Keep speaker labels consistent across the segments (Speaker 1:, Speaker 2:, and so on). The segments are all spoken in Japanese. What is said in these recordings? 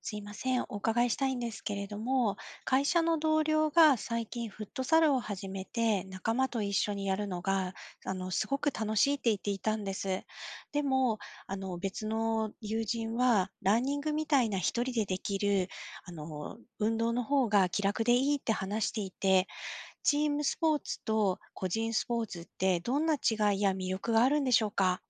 Speaker 1: すいません、お伺いしたいんですけれども、会社の同僚が最近フットサルを始めて、仲間と一緒にやるのが、すごく楽しいって言っていたんです。でも、別の友人は、ランニングみたいな一人でできる、運動の方が気楽でいいって話していて、チームスポーツと個人スポーツってどんな違いや魅力があるんでしょうか？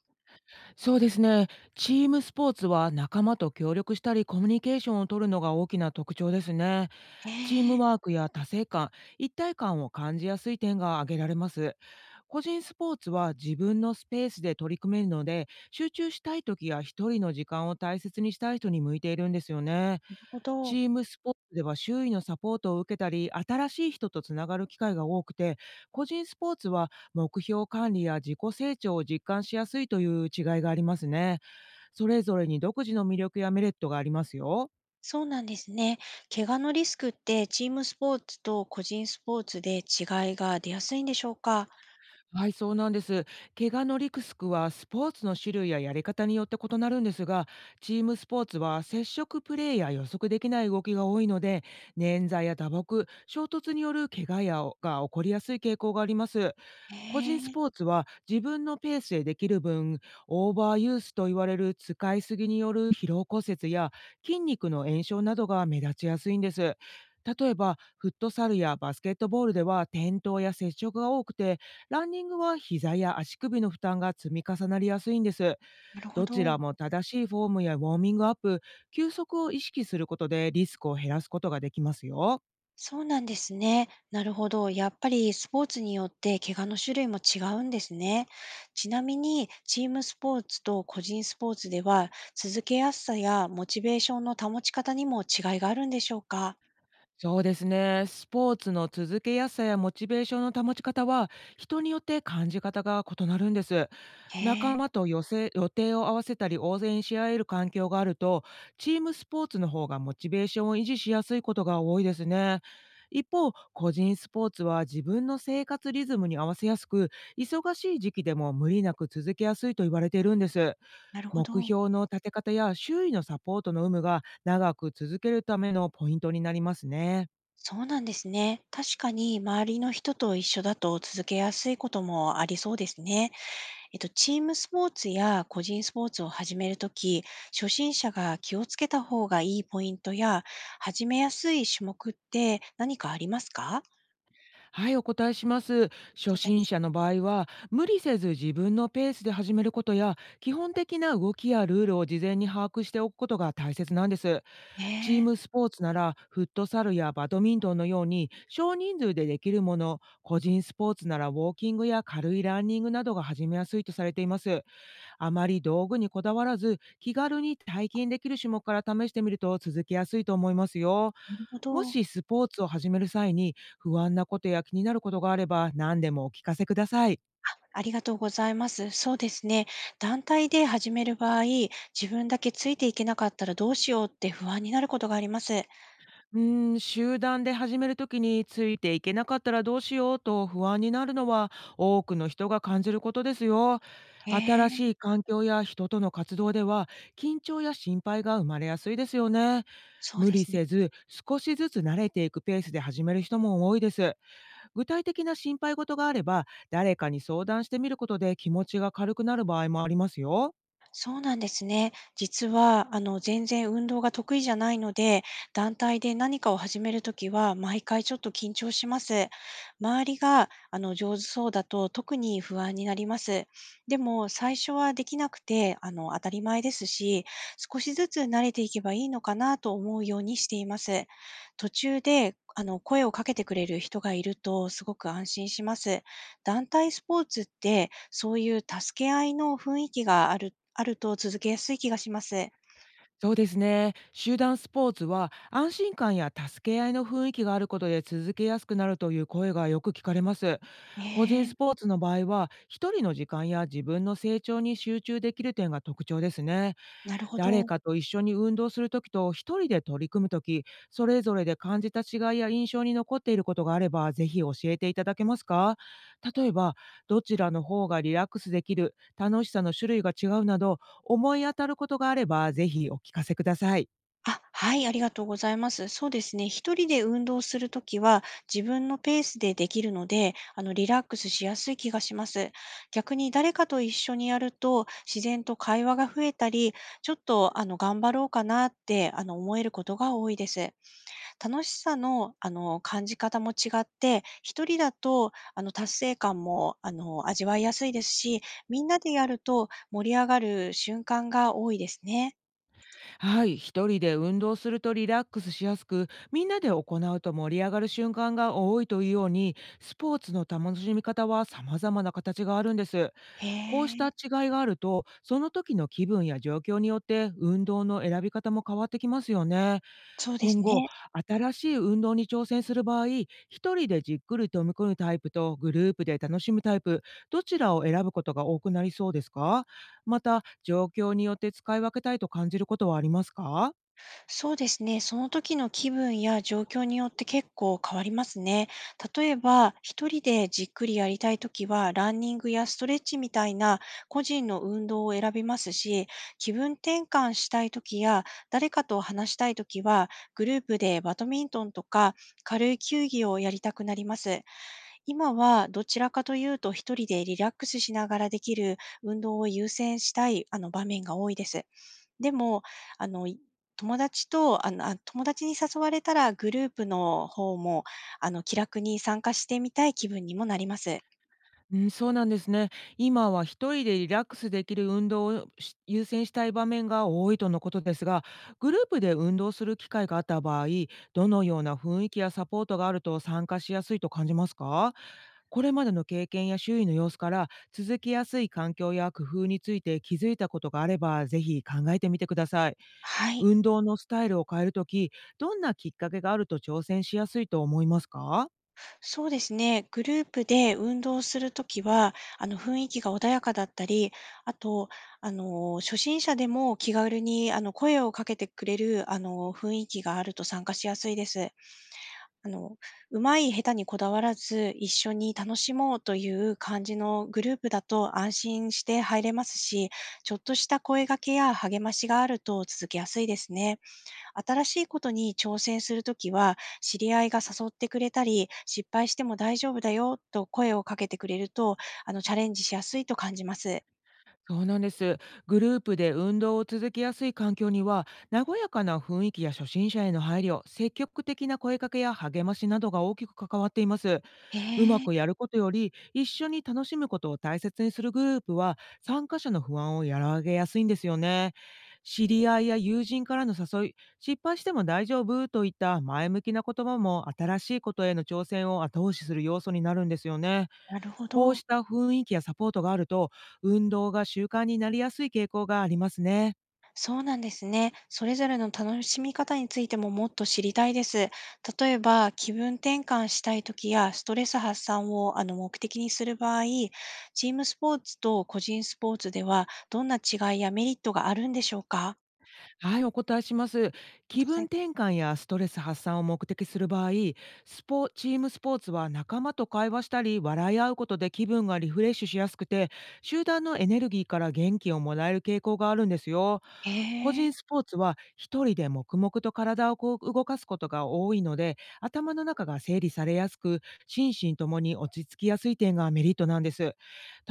Speaker 2: そうですね。チームスポーツは仲間と協力したりコミュニケーションを取るのが大きな特徴ですね。
Speaker 1: え
Speaker 2: チー
Speaker 1: え、な
Speaker 2: ム
Speaker 1: る
Speaker 2: ワークや達成感、一体感を感じやすい点が挙げられます。個人スポーツは自分のスペースで取り組めるので、集中したい時や一人の時間を大切にしたい人に向いているんですよね。
Speaker 1: ほ
Speaker 2: チ
Speaker 1: ど。
Speaker 2: ームスポーツでは周囲のサポートを受けたり、新しい人とつながる機会が多くて、個人スポーツは目標管理や自己成長を実感しやすいという違いがありますね。それぞれに独自の魅力やメリットがありますよ。
Speaker 1: そうなんですね。怪我のリスクってチームスポーツと個人スポーツで違いが出やすいんでしょうか？
Speaker 2: はい、そうなんです。怪我のリスクはスポーツの種類ややり方によって異なるんですが、チームスポーツは接触プレーや予測できない動きが多いので、捻挫や打撲、衝突による怪我が起こりやすい傾向があります。個人ス
Speaker 1: ええ、
Speaker 2: ポーツは自分のペースでできる分、オーバーユースと言われる使いすぎによる疲労骨折や筋肉の炎症などが目立ちやすいんです。例えば、フットサルやバスケットボールでは転倒や接触が多くて、ランニングは膝や足首の負担が積み重なりやすいんです。
Speaker 1: なるほ
Speaker 2: どちら
Speaker 1: ど。
Speaker 2: も正しいフォームやウォーミングアップ、休息を意識することでリスクを減らすことができますよ。
Speaker 1: そうなんですね。なるほど。やっぱりスポーツによって怪我の種類も違うんですね。ちなみに、チームスポーツと個人スポーツでは、続けやすさやモチベーションの保ち方にも違いがあるんでしょうか？
Speaker 2: そうですね。スポーツの続けやすさやモチベーションの保ち方は、人によって感じ方が異なるんです。
Speaker 1: へ
Speaker 2: 仲
Speaker 1: え、
Speaker 2: 間と予定を合わせたり、応援し合える環境があると、チームスポーツの方がモチベーションを維持しやすいことが多いですね。一方、個人スポーツは自分の生活リズムに合わせやすく、忙しい時期でも無理なく続けやすいと言われているんです。
Speaker 1: なるほ
Speaker 2: 目
Speaker 1: ど。
Speaker 2: 標の立て方や周囲のサポートの有無が長く続けるためのポイントになりますね。
Speaker 1: そうなんですね。確かに周りの人と一緒だと続けやすいこともありそうですね。えっと、チームスポーツや個人スポーツを始めるとき、初心者が気をつけた方がいいポイントや、始めやすい種目って何かありますか？あ
Speaker 2: はい、お答えします。
Speaker 1: りがとう
Speaker 2: 初
Speaker 1: ございま
Speaker 2: 心
Speaker 1: す。
Speaker 2: 者の場合は、無理せず自分のペースで始めることや、基本的な動きやルールを事前に把握しておくことが大切なんです。
Speaker 1: え
Speaker 2: チー
Speaker 1: え、
Speaker 2: ムスポーツなら、フットサルやバドミントンのように少人数でできるもの、個人スポーツならウォーキングや軽いランニングなどが始めやすいとされています。あまり道具にこだわらず、気軽に体験できる種目から試してみると続けやすいと思いますよ。
Speaker 1: なるほ
Speaker 2: も
Speaker 1: ど。
Speaker 2: しスポーツを始める際に不安なことや気になることがあれば、何でもお聞かせください。
Speaker 1: ありがとうございます。そうですね。団体で始める場合、自分だけついていけなかったらどうしようって不安になることがあります。
Speaker 2: 集団で始めるときについていけなかったらどうしようと不安になるのは、多くの人が感じることですよ。新しい
Speaker 1: ええ、
Speaker 2: 環境や人との活動では、緊張や心配が生まれやすいですよね。
Speaker 1: そう
Speaker 2: 無
Speaker 1: で
Speaker 2: 理
Speaker 1: すね。
Speaker 2: せず少しずつ慣れていくペースで始める人も多いです。具体的な心配事があれば、誰かに相談してみることで気持ちが軽くなる場合もありますよ。
Speaker 1: そうなんですね。実は、全然運動が得意じゃないので、団体で何かを始めるときは、毎回ちょっと緊張します。周りが、上手そうだと特に不安になります。でも、最初はできなくて、当たり前ですし、少しずつ慣れていけばいいのかなと思うようにしています。途中で、声をかけてくれる人がいると、すごく安心します。団体スポーツって、そういう助け合いの雰囲気があると続けやすい気がします。
Speaker 2: そうですね。集団スポーツは安心感や助け合いの雰囲気があることで、続けやすくなるという声がよく聞かれます。
Speaker 1: え
Speaker 2: 個人ス
Speaker 1: え、
Speaker 2: ポーツの場合は、一人の時間や自分の成長に集中できる点が特徴ですね。
Speaker 1: なるほ
Speaker 2: 誰
Speaker 1: ど。
Speaker 2: かと一緒に運動する時と一人で取り組む時、それぞれで感じた違いや印象に残っていることがあれば、ぜひ教えていただけますか？例えば、どちらの方がリラックスできる、楽しさの種類が違うなど、思い当たることがあれば、ぜひお聞かせください。
Speaker 1: あ、はい、ありがとうございます。そうですね、一人で運動するときは自分のペースでできるので、リラックスしやすい気がします。逆に誰かと一緒にやると、自然と会話が増えたり、ちょっと、頑張ろうかなって、思えることが多いです。楽しさの、感じ方も違って、一人だと、達成感も、味わいやすいですし、みんなでやると盛り上がる瞬間が多いですね。
Speaker 2: はい、一人で運動するとリラックスしやすく、みんなで行うと盛り上がる瞬間が多いというように、スポーツの楽しみ方は様々な形があるんです。
Speaker 1: へ
Speaker 2: こう
Speaker 1: え、
Speaker 2: した違いがあると、その時の気分や状況によって運動の選び方も変わってきますよね。
Speaker 1: そうです
Speaker 2: 今後、
Speaker 1: ね。
Speaker 2: 新しい運動に挑戦する場合、一人でじっくり飛み込むタイプとグループで楽しむタイプ、どちらを選ぶことが多くなりそうですか？また、状況によって使い分けたいと感じることはありますか？
Speaker 1: そうですね。その時の気分や状況によって結構変わりますね。例えば、一人でじっくりやりたい時は、ランニングやストレッチみたいな個人の運動を選びますし、気分転換したい時や、誰かと話したい時は、グループでバドミントンとか軽い球技をやりたくなります。今はどちらかというと、一人でリラックスしながらできる運動を優先したい場面が多いです。でも、あの、い友達と、あ、友達に誘われたらグループの方も、気楽に参加してみたい気分にもなります。
Speaker 2: うん、そうなんですね。今は一人でリラックスできる運動をし優先したい場面が多いとのことですが、グループで運動する機会があった場合、どのような雰囲気やサポートがあると参加しやすいと感じますか？これまでの経験や周囲の様子から、続きやすい環境や工夫について気づいたことがあれば、ぜひ考えてみてください。
Speaker 1: はい。
Speaker 2: 運動のスタイルを変えるとき、どんなきっかけがあると挑戦しやすいと思いますか？
Speaker 1: そうですね、グループで運動するときは、雰囲気が穏やかだったり、あと、初心者でも気軽に、声をかけてくれる、雰囲気があると参加しやすいです。あの、上手い下手にこだわらず、一緒に楽しもうという感じのグループだと安心して入れますし、ちょっとした声掛けや励ましがあると続けやすいですね。新しいことに挑戦するときは、知り合いが誘ってくれたり、失敗しても大丈夫だよと声をかけてくれると、チャレンジしやすいと感じます。
Speaker 2: そうなんです。グループで運動を続けやすい環境には、和やかな雰囲気や初心者への配慮、積極的な声かけや励ましなどが大きく関わっています。
Speaker 1: へ
Speaker 2: うま
Speaker 1: え。
Speaker 2: くやることより、一緒に楽しむことを大切にするグループは、参加者の不安を和らげやすいんですよね。知り合いや友人からの誘い、失敗しても大丈夫といった前向きな言葉も、新しいことへの挑戦を後押しする要素になるんですよね。
Speaker 1: なるほ
Speaker 2: こう
Speaker 1: ど。
Speaker 2: した雰囲気やサポートがあると、運動が習慣になりやすい傾向がありますね。
Speaker 1: そうなんですね。それぞれの楽しみ方についてももっと知りたいです。例えば、気分転換したい時やストレス発散を目的にする場合、チームスポーツと個人スポーツではどんな違いやメリットがあるんでしょうか？
Speaker 2: はい、お答えします。
Speaker 1: ありがと
Speaker 2: 気
Speaker 1: うござ
Speaker 2: 分
Speaker 1: いま
Speaker 2: 転
Speaker 1: す。
Speaker 2: 換やストレス発散を目的する場合、チームスポーツは仲間と会話したり、笑い合うことで気分がリフレッシュしやすくて、集団のエネルギーから元気をもらえる傾向があるんですよ。個
Speaker 1: ええ、
Speaker 2: 人スポーツは一人で黙々と体をこう動かすことが多いので、頭の中が整理されやすく、心身ともに落ち着きやすい点がメリットなんです。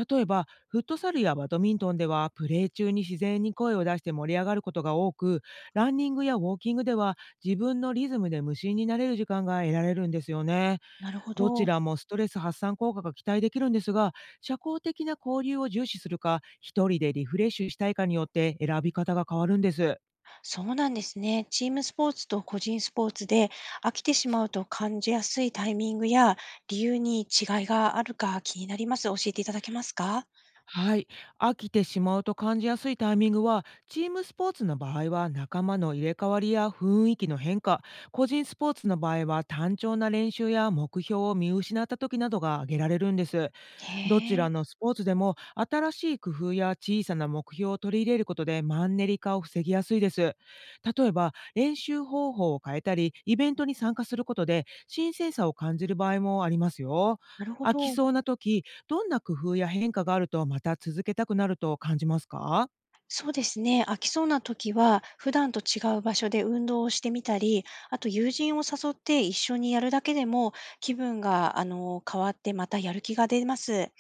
Speaker 2: 例えば、フットサルやバドミントンではプレー中に自然に声を出して盛り上がることが多く、ランニングやウォーキングでは、自分のリズムで無心になれる時間が得られるんですよね。
Speaker 1: なるほ
Speaker 2: どち
Speaker 1: ど。
Speaker 2: らもストレス発散効果が期待できるんですが、社交的な交流を重視するか、一人でリフレッシュしたいかによって選び方が変わるんです。
Speaker 1: そうなんですね。チームスポーツと個人スポーツで飽きてしまうと感じやすいタイミングや理由に違いがあるか気になります。教えていただけますか？
Speaker 2: はい。飽きてしまうと感じやすいタイミングは、チームスポーツの場合は仲間の入れ替わりや雰囲気の変化、個人スポーツの場合は単調な練習や目標を見失った時などが挙げられるんです。
Speaker 1: へ
Speaker 2: ど
Speaker 1: え、
Speaker 2: ちらのスポーツでも、新しい工夫や小さな目標を取り入れることでマンネリ化を防ぎやすいです。例えば、練習方法を変えたりイベントに参加することで新鮮さを感じる場合もありますよ。
Speaker 1: なるほ
Speaker 2: 飽き
Speaker 1: ど。
Speaker 2: そうな時、どんな工夫や変化があるとまた続けたくなると感じますか？
Speaker 1: そうですね。飽きそうな時は、普段と違う場所で運動をしてみたり、あと友人を誘って一緒にやるだけでも、気分が、変わってまたやる気が出ます。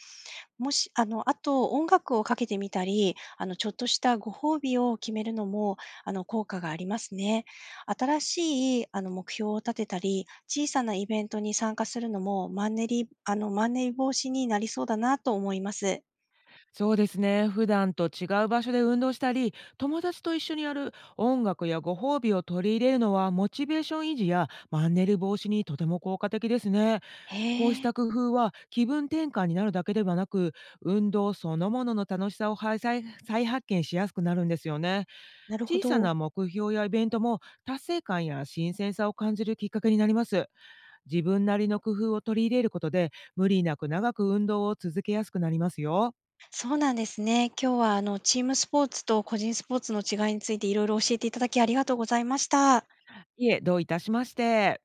Speaker 1: もし、あと音楽をかけてみたり、ちょっとしたご褒美を決めるのも、効果がありますね。新しい、目標を立てたり、小さなイベントに参加するのも、マンネリ防止になりそうだなと思います。
Speaker 2: そうですね、普段と違う場所で運動したり友達と一緒にやる、音楽やご褒美を取り入れるのはモチベーション維持やマンネリ防止にとても効果的ですね。
Speaker 1: へ
Speaker 2: こうし
Speaker 1: え、
Speaker 2: た工夫は気分転換になるだけではなく、運動そのものの楽しさを再発見しやすくなるんですよね。
Speaker 1: なるほ
Speaker 2: 小さ
Speaker 1: ど。
Speaker 2: な目標やイベントも、達成感や新鮮さを感じるきっかけになります。自分なりの工夫を取り入れることで、無理なく長く運動を続けやすくなりますよ。
Speaker 1: そうなんですね。今日はチームスポーツと個人スポーツの違いについていろいろ教えていただきありがとうございました。
Speaker 2: いえ、どういたしまして。